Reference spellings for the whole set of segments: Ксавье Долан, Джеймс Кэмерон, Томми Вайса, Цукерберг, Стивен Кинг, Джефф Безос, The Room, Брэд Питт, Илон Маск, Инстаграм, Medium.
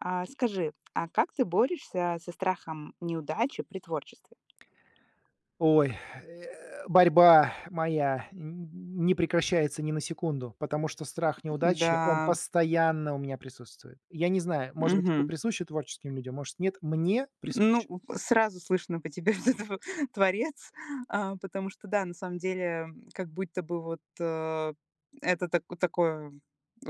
А, скажи, а как ты борешься со страхом неудачи при творчестве? Ой, борьба моя н не прекращается ни на секунду, потому что страх неудачи, он Да, постоянно у меня присутствует. Я не знаю, может быть, это мгм. присуще творческим людям, может, нет, мне Ну, присуще. Сразу слышно по тебе, что ты творец, потому что, да, на самом деле, как будто бы вот это такое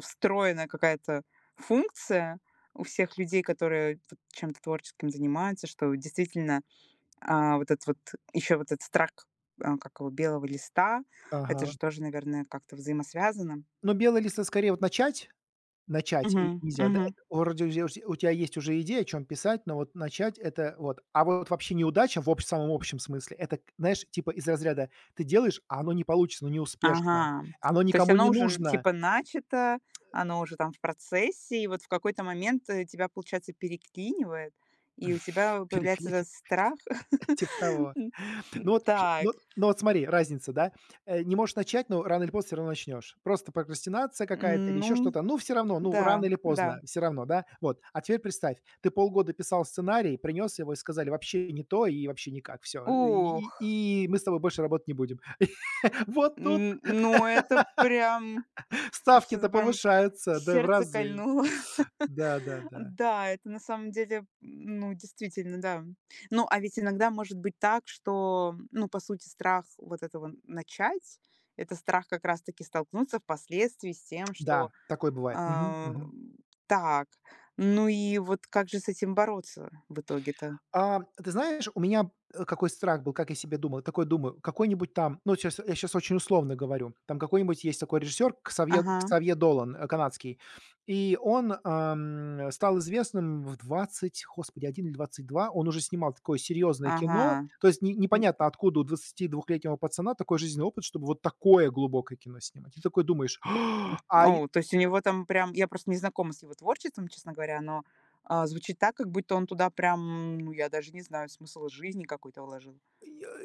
встроенная какая-то функция у всех людей, которые вот чем-то творческим занимаются, что действительно, вот этот вот, еще вот этот страх, как его, белого листа, это Ага. же тоже, наверное, как-то взаимосвязано. Но белый лист- это скорее вот начать и Мгм, нельзя, да? мгм. Это вроде уже у тебя есть уже идея, о чём писать, но вот начать- это вот. А вот вообще неудача в общ самом общем смысле- это, к знаешь, типа из разряда: ты делаешь, а оно не получится, ну, неуспешно, Ага. оно То есть никому оно не уже, н нужно. типа, начато, оно уже там в процессе, и вот в какой-то момент, тебя, получается, переклинивает, и у тебя появляется Переклинило. этот страх. Типа того. М, Ну вот, ш так, ну вот ну вот смотри, разница, да? Не можешь начать, но рано или поздно все равно начнешь. Просто прокрастинация какая-то или еще ну что-то. Ну, все равно, ну, рано да, или да. поздно, все равно, да? Вот. А теперь представь, ты полгода писал сценарий, принес его и сказали: "Вообще не то и вообще никак, все. Ух, И мы с тобой больше работать не будем". Вот тут н ну, это прям, что-то ставки-то прям повышаются, да, в сердце разы. кольнуло. Да-да-да. Да, да. Да, это на самом деле, ну, действительно, да. Ну, а ведь иногда может быть так, что, ну, по сути, страх вот этого начать, это страх как раз-таки столкнуться впоследствии с тем, Да, что, такое бывает. Мгм, а, мгм. так, ну и вот как же с этим бороться в итоге-то? А, ты знаешь, у меня, какой страх был, как я себе думал. Такой думаю, какой-нибудь там, ну, сейчас я сейчас очень условно говорю, там какой-нибудь есть такой режиссер Ксавье Ага, Ксавье Долан, канадский, и он, стал известным в 20, господи, один или двадцать два. Он уже снимал такое серьезное кино. ага. То есть не непонятно, откуда у двадцатидвухлетнего пацана такой жизненный опыт, чтобы вот такое глубокое кино снимать. И ты такой думаешь: "А". О, то есть у него там прям, я просто не знакома с его творчеством, честно говоря, но, звучит так, как будто он туда прям, ну, я даже не знаю, смысл жизни какой-то вложил.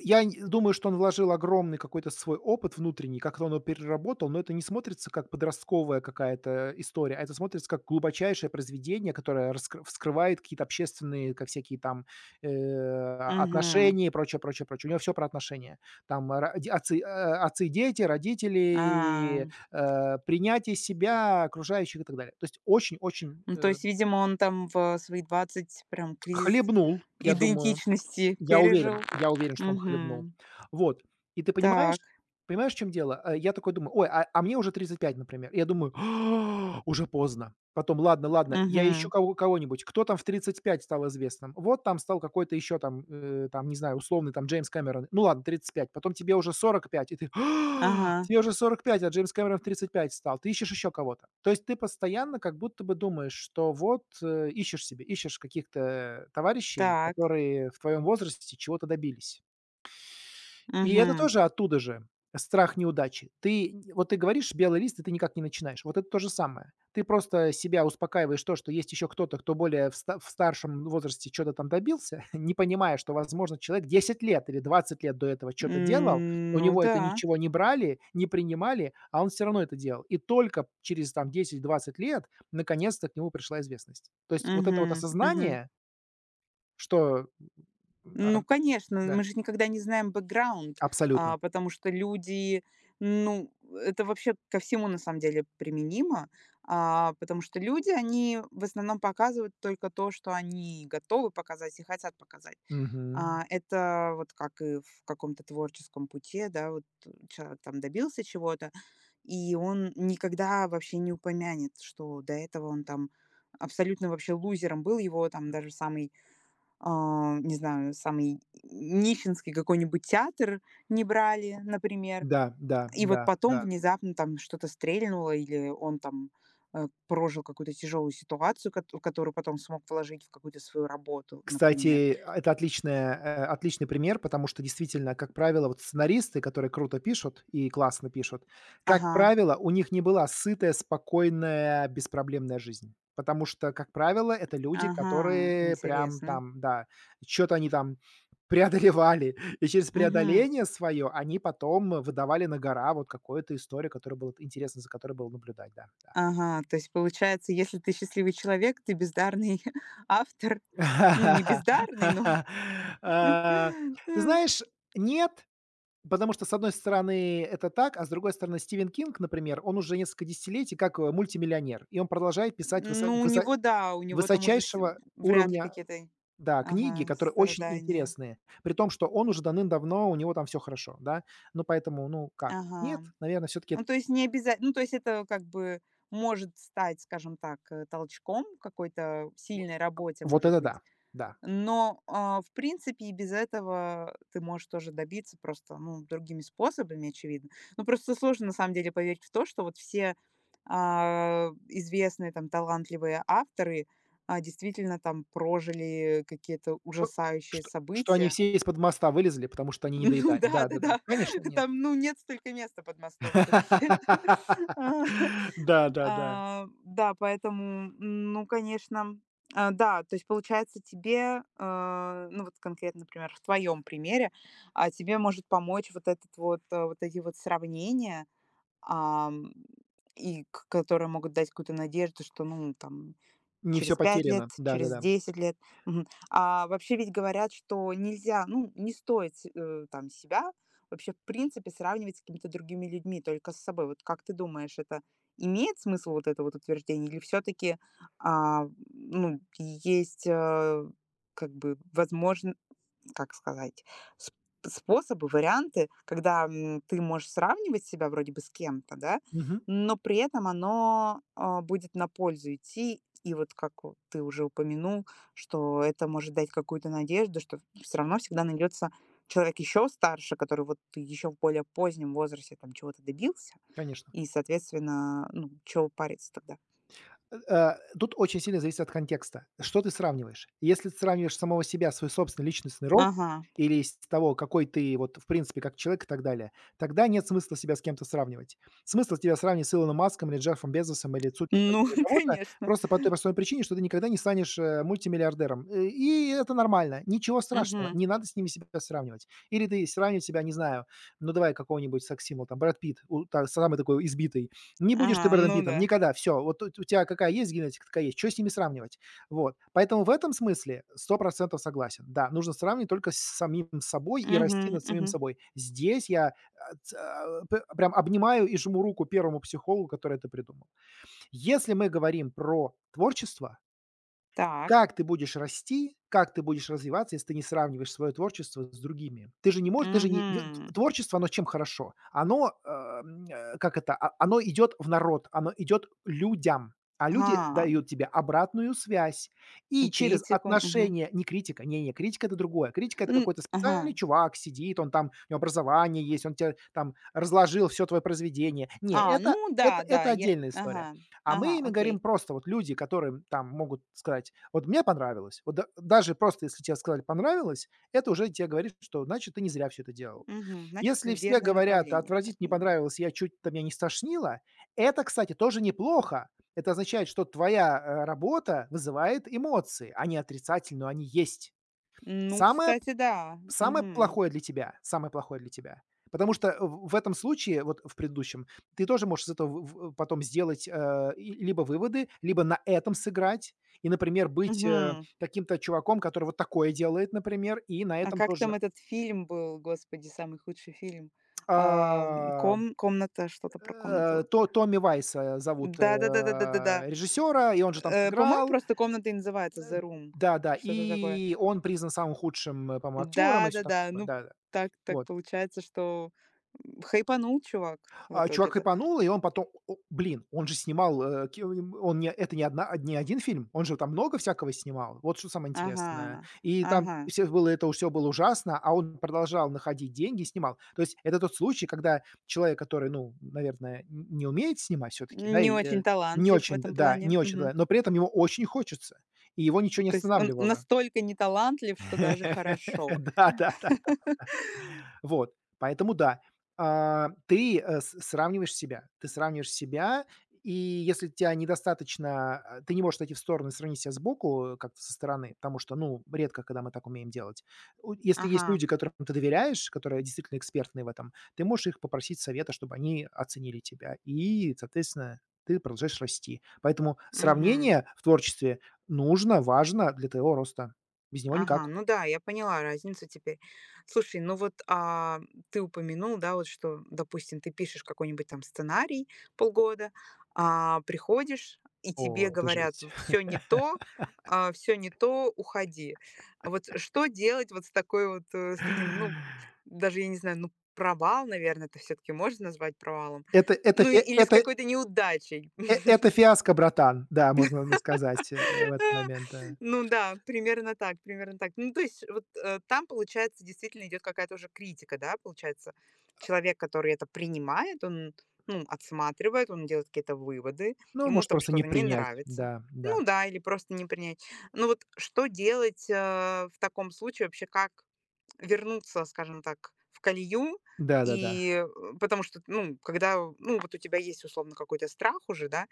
Я нь думаю, что он вложил огромный какой-то свой опыт внутренний, как-то он его переработал, но это не смотрится как подростковая какая-то история, а это смотрится как глубочайшее произведение, которое раскры вскрывает какие-то общественные, как всякие там, Мгм. отношения и прочее, прочее, прочее. У него все про отношения. Там ра де отцы, отцы и дети, А, родители, принятие себя, окружающих и так далее. То есть очень очень, ну, то есть, видимо, он там в свои 20 прям кризис хлебнул, я думаю. идентичности Я пережил. уверен я уверен, что он хлебнул. Мгм. Вот. И ты понимаешь Так. Понимаешь, в чём дело? Я такой думаю: "Ой, а мне уже 35, например". Я думаю: «А, "Уже поздно"». Потом: "Ладно, ладно, я ищу Мгм. Кого-нибудь". Кто там в 35 стал известным? Вот там стал какой-то еще там, там, не знаю, условный там Джеймс Кэмерон. Ну ладно, 35. Потом тебе уже 45, и ты: «А, Ага. "Тебе уже сорок пять, а Джеймс Кэмерон в 35 стал"». Ты ищешь еще кого-то. То есть ты постоянно как будто бы думаешь, что вот, ищешь себе, ищешь каких-то товарищей, Так. которые в твоем возрасте чего-то добились. И это Мгм. тоже оттуда же. Страх неудачи. Ты н вот ты говоришь: "Белый лист", и ты никак не начинаешь. Вот это то же самое. Ты просто себя успокаиваешь то, что есть еще кто-то, кто более в старшем возрасте что то там добился, не понимая, что, возможно, человек 10 лет или 20 лет до этого что то делал, М, у ну него это да. ничего не брали, не принимали, а он все равно это делал. И только через там десять-двадцать лет наконец-то к нему пришла известность. То есть вот это вот Мгм. Мгм. осознание, что, м, а, Ну, конечно, да, мы же никогда не знаем бэкграунд, абсолютно. Потому что люди, ну, это вообще ко всему на самом деле применимо, потому что люди, они в основном показывают только то, что они готовы показать и хотят показать. Мгм. А, это вот как и в каком-то творческом пути, да, вот человек там добился чего-то, и он никогда вообще не упомянет, что до этого он там абсолютно вообще лузером был, его там даже самые, не знаю, самый нищенский какой-нибудь театр не брали, например. Да, да, И вот да, потом да. внезапно там что-то стрельнуло, или он там прожил какую-то тяжелую ситуацию, которую потом смог вложить в какую-то свою работу, например. Кстати, это отличная, отличный пример, потому что действительно, как правило, вот сценаристы, которые круто пишут и классно пишут, как Ага, правило, у них не была сытая, спокойная, беспроблемная жизнь. Потому что, как правило, это люди, ага, которые прям интересно. там, да, что то они там преодолевали, и через Мгм. преодоление свое они потом выдавали на гора вот какую-то историю, которая была интересна, за которой было наблюдать, да, да. Ага, то есть получается, если ты счастливый человек, ты бездарный автор. Ну, не бездарный, но… А, ты знаешь, нет, потому что, с одной стороны, это так, а с другой стороны, Стивен Кинг, например, он уже несколько десятилетий как, мультимиллионер, и он продолжает писать Ну, у него, да, у него там уже вс высочайшего вряд ли уровня, какие-то, да, книги, ага, которые очень страдания. интересные, при том, что он уже давным-давно, у него там все хорошо, да. Ну, поэтому, ну, как? Нет, Ага. наверное, все таки Ну, то есть не обяза ну, то есть это как бы может стать, скажем так, толчком к какой-то сильной работе, вот может это быть. да, да. Но, в принципе, и без этого ты можешь тоже добиться просто, ну, другими способами, очевидно. Ну, просто сложно, на самом деле, поверить в то, что вот все, известные, там, талантливые авторы, действительно, там, прожили какие-то ужасающие Что они события. все из-под моста вылезли, потому что они не Ну, доедали. Да-да-да, да-да-да, конечно, нет. там, ну, нет столько места под мостом все таки. Да-да-да. А, да, поэтому, м, ну, конечно, да, то есть получается тебе, ну, вот конкретно, например, в твоем примере, тебе может помочь вот этот вот, вот эти вот сравнения, ам, и к которые могут дать какую-то надежду, что, ну, там, Не все через 5 лет, потеряно. через Да-да-да. 10 лет. Мгм. А вообще ведь говорят, что нельзя, ну, не стоит там себя вообще, в принципе, сравнивать с какими-то другими людьми, только с собой. Вот как ты думаешь, это имеет смысл, вот это вот утверждение, или все таки ну, есть, как бы возможно, как сказать, сп способы, варианты, когда, м, ты можешь сравнивать себя вроде бы с кем-то, да, Мгм. но при этом оно, будет на пользу идти. И вот как вот ты уже упомянул, что это может дать какую-то надежду, что все равно всегда найдется человек еще старше, который вот еще в более позднем возрасте там чего-то добился, Конечно. и, соответственно, ну, чего париться тогда? Э, тут очень сильно зависит от контекста. Что ты сравниваешь? Если ты сравниваешь самого себя, свой собственный личностный рост Ага. или из того, какой ты вот в принципе как человек и так далее, тогда нет смысла себя с кем-то сравнивать. Смысл тебя сравнивать с Илоном Маском или Джеффом Безосом или Ну, Цукербергом или кого-то конечно. просто по той простой причине, что ты никогда не станешь, мультимиллиардером. И это нормально, ничего страшного, Мгм. не надо с ними себя сравнивать. Или ты сравнивать себя, не знаю, ну давай какого-нибудь секс-символ, там Брэд Питт, у та самый такой избитый, не будешь Ага, ты Брэдом ну Питтом да. никогда. Все, вот у тя какая есть генетика, такая есть. Что с ними сравнивать? Вот. Поэтому в этом смысле сто процентов согласен. Да, нужно сравнивать только с самим собой и Мгм, расти над самим мгм. собой. Здесь я, а, ц а, п прям обнимаю и жму руку первому психологу, который это придумал. Если мы говорим про творчество, Так. как ты будешь расти, как ты будешь развиваться, если ты не сравниваешь свое творчество с другими? Ты же не можешь, ты же не т Мгм. Творчество, оно чем хорошо? Оно, как это, о оно идет в народ, оно идет людям, а люди Ага, дают тебе обратную связь. м, И через критику, мгм. отношения не критика, не-не, критика- это другое. Критика- это М, какой-то ага. специальный чувак сидит, он там, у него образование есть, он те там разложил все твое произведение. А, Не, это ну да, это да, это я, отдельная история. ага, А ага, мы ими говорим окей. просто вот люди, которые там могут сказать: "Вот мне понравилось". Вот даже просто если тебе сказали "понравилось", это уже тебе говорит, что значит ты не зря все это делал. Мгм. Значит, Если все верное говорят: направление, как "отвратить не минимум. понравилось, я чуть там меня не стошнило", это, кстати, тоже неплохо. Это означает, что твоя, работа вызывает эмоции. Они отрицательные, но они есть. Ну, Самое кстати, да. Самое Мгм. плохое для тебя самое плохое для тебя. Потому что в этом случае, вот в предыдущем, ты тоже можешь из этого в потом сделать, либо выводы, либо на этом сыграть и, например, быть, Мгм. каким-то чуваком, который вот такое делает, например, и на А этом как там тоже. этот фильм был, господи, самый худший фильм? Ам, А, комната, что-то про комнату. То Томми Вайса зовут, Да-да-да-да-да-да-да. режиссера, и он же там Э, по-моему, сыграл. просто комната и называется Э, «The Room», да-да, что-то такое. и он признан самым худшим, по-моему, актёром и всё Да-да-да, такое. ну, Да-да. так Вот. получается, что, м, хайпанул чувак в А чувак итоге-то. хайпанул, и он потом о блин, он же снимал, э, ки он не это не одна не 1 фильм, он же там много всякого снимал. Вот что самое интересное. Ага, ага. Все было ужасно, а он продолжал находить деньги и снимал. То есть это тот случай, когда человек, который, ну, наверное, н не умеет снимать все таки да, Не и, очень не талантлив в очень, д этом да, плане. не очень, Мгм. да, но при этом ему очень хочется, и его ничего не То есть он останавливало. настолько не талантлив, что даже хорошо. Да-да-да. Вот, поэтому да, ты, э, с сравниваешь себя. Ты сравниваешь себя, и если тя недостаточно, ты не можешь отойти в сторону и сравнить себя сбоку, как-то со стороны, потому что, ну, редко, когда мы так умеем делать. У если есть Ага, люди, которым ты доверяешь, которые действительно экспертны в этом, ты можешь их попросить совета, чтобы они оценили тебя, и, соответственно, ты продолжаешь расти. Поэтому мгм. сравнение в творчестве нужно, важно для твоего роста. Без него Ага, никак. ну да, я поняла разницу теперь. Слушай, ну вот, ты упомянул, да, вот что, допустим, ты пишешь какой-нибудь там сценарий полгода, приходишь, и тебе О, это говорят: жесть. Все не то, уходи. А вот что делать вот с такой вот, с таким, ну, даже я не знаю, ну, провал, наверное, это все-таки можно назвать провалом. Это Ну, фи или с это какой-то неудачей. э это фиаско, братан. Да, можно на сказать, в этот момент, да. Ну да, примерно так, примерно так. Ну, то есть вот, там, получается, действительно идет какая-то уже критика, да, получается. Человек, который это принимает, он, ну, отсматривает, он делает какие-то выводы, Ну, ему может, там просто не что-то не принять. нравится. Да, да. Ну да, или просто не принять. Ну вот что делать в таком случае вообще, как вернуться, скажем так, в колею, Да-да-да. и потому что, ну, когда, ну, вот у тебя есть условно какой-то страх уже, да,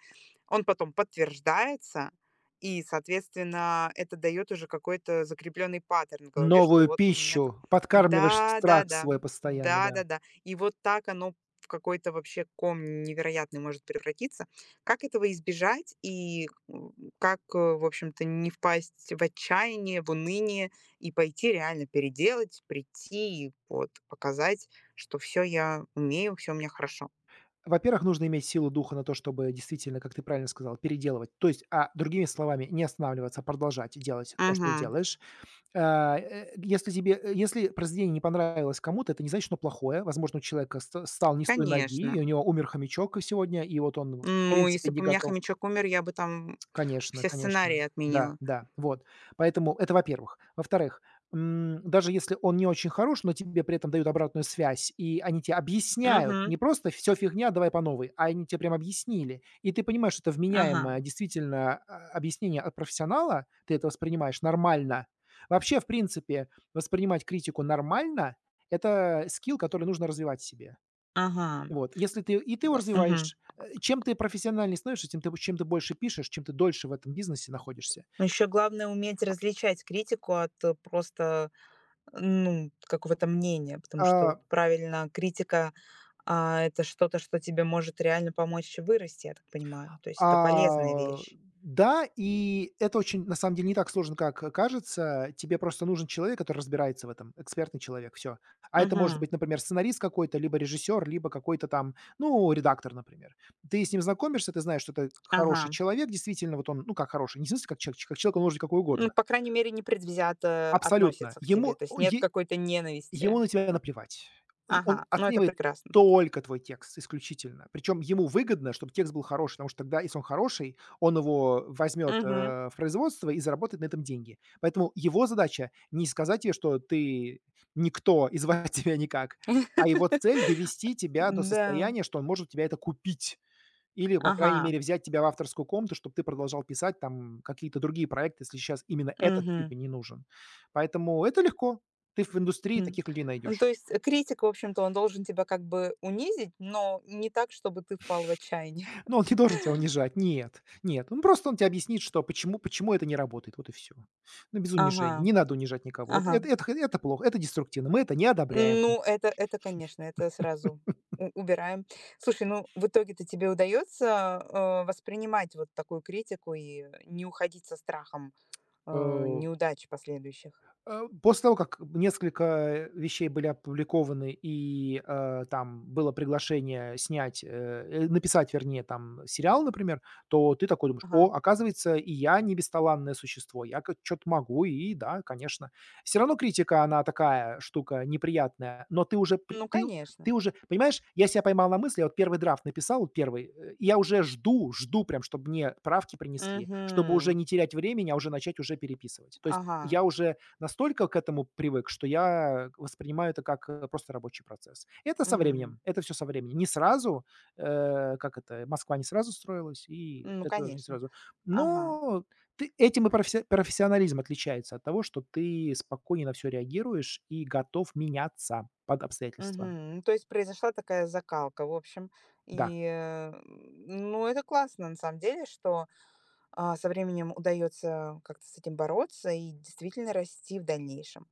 он потом подтверждается, и, соответственно, это дает уже какой-то закрепленный паттерн в голове, что Новую вот у меня там, пищу. Подкармливаешь страх да-да-да, свой постоянно, да. да-да-да. И вот так оно в какой-то вообще ком невероятный может превратиться. Как этого избежать и, м, как, в общем-то, не впасть в отчаяние, в уныние и пойти реально переделать, прийти и вот показать, что все я умею, все у меня хорошо? Во-первых, нужно иметь силу духа на то, чтобы действительно, как ты правильно сказал, переделывать. То есть, другими словами, не останавливаться, а продолжать делать то, что Мгм. делаешь. Если тебе, если произведение не понравилось кому-то, это не значит, что оно плохое. Возможно, у человека ст стал не с той Конечно. ноги, и у него умер хомячок сегодня, и вот он, в Ну, принципе, если не бы у меня готов. хомячок умер, я бы там Конечно, все сценарии конечно. Да, отменила. да, вот. Поэтому это, во-первых. Во-вторых, даже если он не очень хорош, но тебе при этом дают обратную связь, и они тебе объясняют, Мгм. не просто "все фигня, давай по новой", а они тебе прям объяснили. И ты понимаешь, что это Ага, вменяемое действительно, объяснение от профессионала, ты это воспринимаешь нормально. Вообще, в принципе, воспринимать критику нормально- это скилл, который нужно развивать в себе. ага, Вот, если ты и ты его мгм. развиваешь, чем ты профессиональнее становишься, тем ты чем ты больше пишешь, чем ты дольше в этом бизнесе находишься. Но еще главное уметь различать критику от, просто, ну, какого-то мнения, потому что вот А, правильно, критика, это что-то, что тебе может реально помочь вырасти, я так понимаю. То есть это полезная а, вещь. да, и это очень, на самом деле, не так сложно, как, кажется. Тебе просто нужен человек, который разбирается в этом, экспертный человек, все. А это может Мгм. быть, например, сценарист какой-то, либо режиссер, либо какой-то там, ну, редактор, например. Ты с ним знакомишься, ты знаешь, что это хороший Ага. человек, действительно, вот он, ну, как хороший, не в смысле как человек он может быть какой Ну, угодно. по крайней мере, непредвзято Абсолютно. относится к тебе, то есть нет какой-то Ему ненависти. на тебя наплевать. И он Ага, ну это оценивает прекрасно. только твой текст исключительно. Причем ему выгодно, чтобы текст был хороший, потому что тогда, если он хороший, он его возьмет, Мгм. В производство и заработает на этом деньги. Поэтому его задача не сказать тебе, что ты никто и звать тебя никак, а его цель- довести тебя до Да. состояния, что он может у тебя это купить. Или, по крайней Ага. мере, взять тебя в авторскую комнату, чтобы ты продолжал писать там какие-то другие проекты, если сейчас именно этот Мгм. тебе не нужен. Поэтому это легко. Ты в индустрии Мгм. таких людей Ну, то найдешь. есть, критик, в общем-то, он должен тебя как бы унизить, но не так, чтобы ты впал в отчаяние. Но он не должен тебя унижать. Нет, нет. Он тебе объяснит, что почему это не работает. Вот и все. Ну, без Ага, унижений. Не надо унижать никого. Ага. Это х это плохо, это деструктивно. Мы это не одобряем. Ну, это, конечно, это сразу у убираем. Слушай, ну, в итоге-то тебе удается воспринимать вот такую критику и не уходить со страхом э, Э неудач последующих? После того, как несколько вещей были опубликованы и, там было приглашение снять, написать, вернее, там сериал, например, то ты такой думаешь: Ага. "О, оказывается, и я не бесталанное существо, я ка чё-то могу". И да, конечно. Все равно критика, она такая штука неприятная, но ты уже при Ну, ты конечно. ты уже понимаешь, я себя поймал на мысли, я вот первый драфт написал, вот 1, и я уже жду, жду прям, чтобы мне правки принесли, чтобы уже Угу. не терять времени, а уже начать уже переписывать. То есть Ага. я уже настолько к этому привык, что я воспринимаю это как, просто рабочий процесс. Это со Угу. временем, это все со временем. Не сразу, как это, Москва не сразу строилась, и Ну, это тоже не конечно. сразу. Ага. Но ты этим и профессионализм отличается от того, что ты спокойнее на все реагируешь и готов меняться под обстоятельства. Мгм. То есть произошла такая закалка, в общем. Да. И, ну, это классно, на самом деле, что, со временем удается как-то с этим бороться и действительно расти в дальнейшем.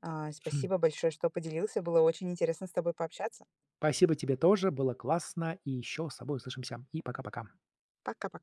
А, Хм. спасибо большое, что поделился. Было очень интересно с тобой пообщаться. Спасибо тебе тоже, было классно, и еще с собой услышимся. И пока-пока. Пока-пока.